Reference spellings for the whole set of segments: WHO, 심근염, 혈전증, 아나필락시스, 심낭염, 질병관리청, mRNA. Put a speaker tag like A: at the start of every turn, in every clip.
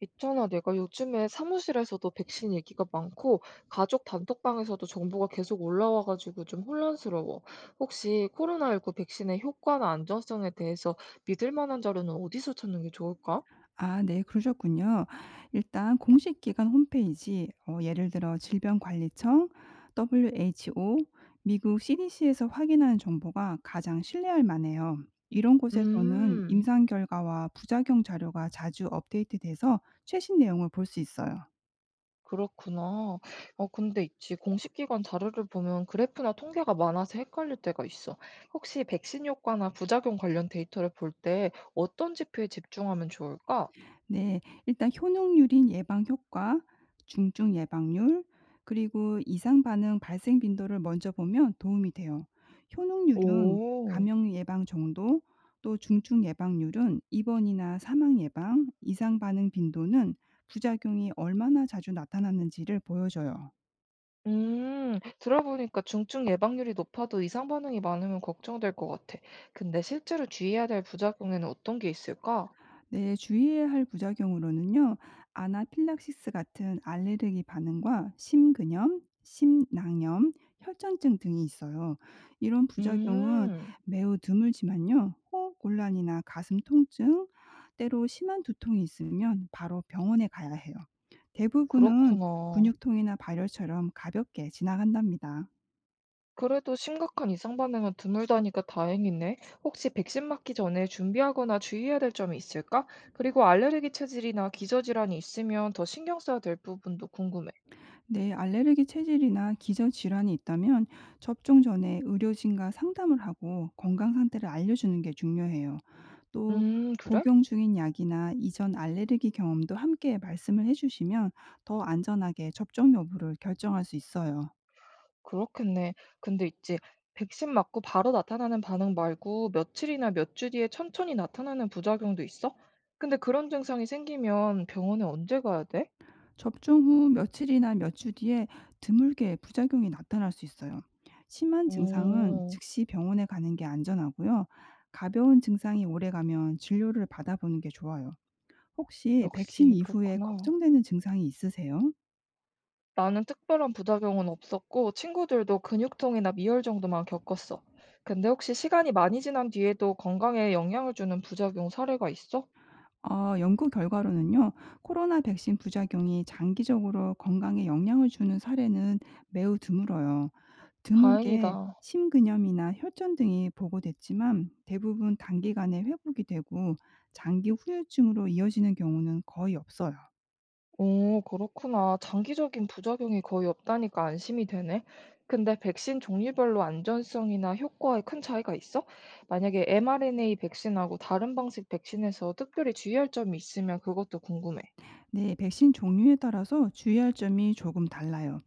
A: 있잖아, 내가 요즘에 사무실에서도 백신 얘기가 많고, 가족 단톡방에서도 정보가 계속 올라와가지고 좀 혼란스러워. 혹시 코로나19 백신의 효과나 안전성에 대해서 믿을 만한 자료는 어디서 찾는 게 좋을까?
B: 아 네 그러셨군요. 일단 공식 기관 홈페이지 예를 들어 질병관리청, WHO, 미국 CDC에서 확인하는 정보가 가장 신뢰할 만해요. 이런 곳에서는
A: 음,
B: 임상 결과와 부작용 자료가 자주 업데이트돼서 최신 내용을 볼 수 있어요.
A: 그렇구나. 어, 근데 있지. 공식 기관 자료를 보면 그래프나 통계가 많아서 헷갈릴 때가 있어. 혹시 백신 효과나 부작용 관련 데이터를 볼 때 어떤 지표에 집중하면 좋을까?
B: 네. 일단 효능률인 예방 효과, 중증 예방률, 그리고 이상 반응 발생 빈도를 먼저 보면 도움이 돼요. 효능률은
A: 오.
B: 감염 예방 정도, 또 중증 예방률은 입원이나 사망 예방, 이상 반응 빈도는 부작용이 얼마나 자주 나타났는지를 보여줘요.
A: 들어보니까 중증 예방률이 높아도 이상 반응이 많으면 걱정될 것 같아. 근데 실제로 주의해야 될 부작용에는 어떤 게 있을까?
B: 네, 주의해야 할 부작용으로는요. 아나필락시스 같은 알레르기 반응과 심근염, 심낭염, 혈전증 등이 있어요. 이런 부작용은
A: 음,
B: 매우 드물지만요. 호흡 곤란이나 가슴 통증, 때로 심한 두통이 있으면 바로 병원에 가야 해요. 대부분은
A: 그렇구나.
B: 근육통이나 발열처럼 가볍게 지나간답니다.
A: 그래도 심각한 이상 반응은 드물다니까 다행이네. 혹시 백신 맞기 전에 준비하거나 주의해야 될 점이 있을까? 그리고 알레르기 체질이나 기저질환이 있으면 더 신경 써야 될 부분도 궁금해.
B: 네, 알레르기 체질이나 기저 질환이 있다면 접종 전에 의료진과 상담을 하고 건강 상태를 알려주는 게 중요해요. 또
A: 그래?
B: 복용 중인 약이나 이전 알레르기 경험도 함께 말씀을 해주시면 더 안전하게 접종 여부를 결정할 수 있어요.
A: 그렇겠네. 근데 있지. 백신 맞고 바로 나타나는 반응 말고 며칠이나 몇 주 뒤에 천천히 나타나는 부작용도 있어? 근데 그런 증상이 생기면 병원에 언제 가야 돼?
B: 접종 후 며칠이나 몇 주 뒤에 드물게 부작용이 나타날 수 있어요. 심한 증상은
A: 오,
B: 즉시 병원에 가는 게 안전하고요. 가벼운 증상이 오래가면 진료를 받아보는 게 좋아요. 혹시 백신
A: 역시
B: 이후에
A: 그렇구나.
B: 걱정되는 증상이 있으세요?
A: 나는 특별한 부작용은 없었고 친구들도 근육통이나 미열 정도만 겪었어. 근데 혹시 시간이 많이 지난 뒤에도 건강에 영향을 주는 부작용 사례가 있어?
B: 연구 결과로는요. 코로나 백신 부작용이 장기적으로 건강에 영향을 주는 사례는 매우 드물어요. 드물게
A: 다행이다.
B: 심근염이나 혈전 등이 보고됐지만 대부분 단기간에 회복이 되고 장기 후유증으로 이어지는 경우는 거의 없어요.
A: 오, 그렇구나. 장기적인 부작용이 거의 없다니까 안심이 되네. 근데 백신 종류별로 안전성이나 효과에 큰 차이가 있어? 만약에 mRNA 백신하고 다른 방식 백신에서 특별히 주의할 점이 있으면 그것도 궁금해.
B: 네, 백신 종류에 따라서 주의할 점이 조금 달라요.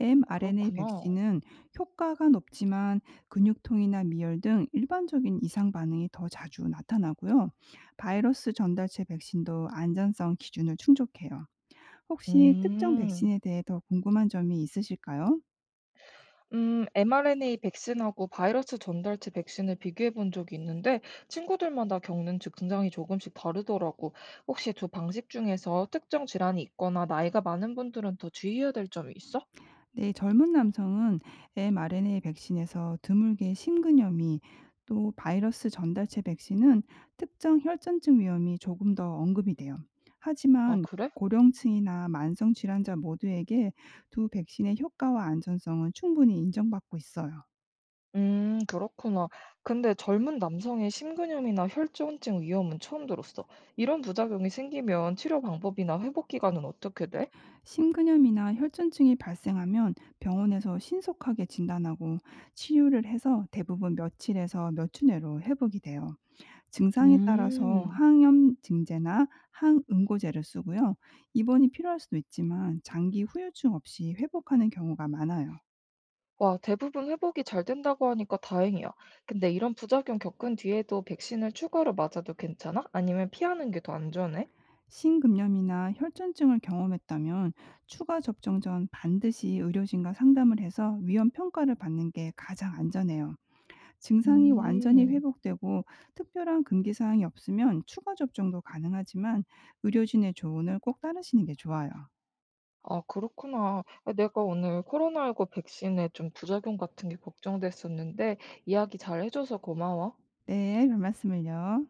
B: mRNA
A: 그렇구나.
B: 백신은 효과가 높지만 근육통이나 미열 등 일반적인 이상 반응이 더 자주 나타나고요. 바이러스 전달체 백신도 안전성 기준을 충족해요. 혹시 특정
A: 음,
B: 백신에 대해 더 궁금한 점이 있으실까요?
A: 음, mRNA 백신하고 바이러스 전달체 백신을 비교해 본 적이 있는데 친구들마다 겪는 증상이 조금씩 다르더라고. 혹시 두 방식 중에서 특정 질환이 있거나 나이가 많은 분들은 더 주의해야 될 점이 있어?
B: 네, 젊은 남성은 mRNA 백신에서 드물게 심근염이 또 바이러스 전달체 백신은 특정 혈전증 위험이 조금 더 언급이 돼요.
A: 아
B: 하지만
A: 그래?
B: 고령층이나 만성 질환자 모두에게 두 백신의 효과와 안전성은 충분히 인정받고 있어요.
A: 그렇구나. 근데 젊은 남성의 심근염이나 혈전증 위험은 처음 들었어. 이런 부작용이 생기면 치료 방법이나 회복 기간은 어떻게 돼?
B: 심근염이나 혈전증이 발생하면 병원에서 신속하게 진단하고 치유를 해서 대부분 며칠에서 몇 주 내로 회복이 돼요. 증상에 따라서
A: 음.
B: 항염증제나 항응고제를 쓰고요. 입원이 필요할 수도 있지만 장기 후유증 없이 회복하는 경우가 많아요.
A: 와, 대부분 회복이 잘 된다고 하니까 다행이야. 근데 이런 부작용 겪은 뒤에도 백신을 추가로 맞아도 괜찮아? 아니면 피하는 게 더 안전해?
B: 심근염이나 혈전증을 경험했다면 추가 접종 전 반드시 의료진과 상담을 해서 위험 평가를 받는 게 가장 안전해요. 증상이 완전히
A: 음.
B: 회복되고 특별한 금기 사항이 없으면 추가 접종도 가능하지만 의료진의 조언을 꼭 따르시는 게 좋아요.
A: 아, 그렇구나. 아, 내가 오늘 코로나19 백신에 좀 부작용 같은 게 걱정됐었는데 이야기 잘 해줘서 고마워.
B: 네, 별 말씀을요.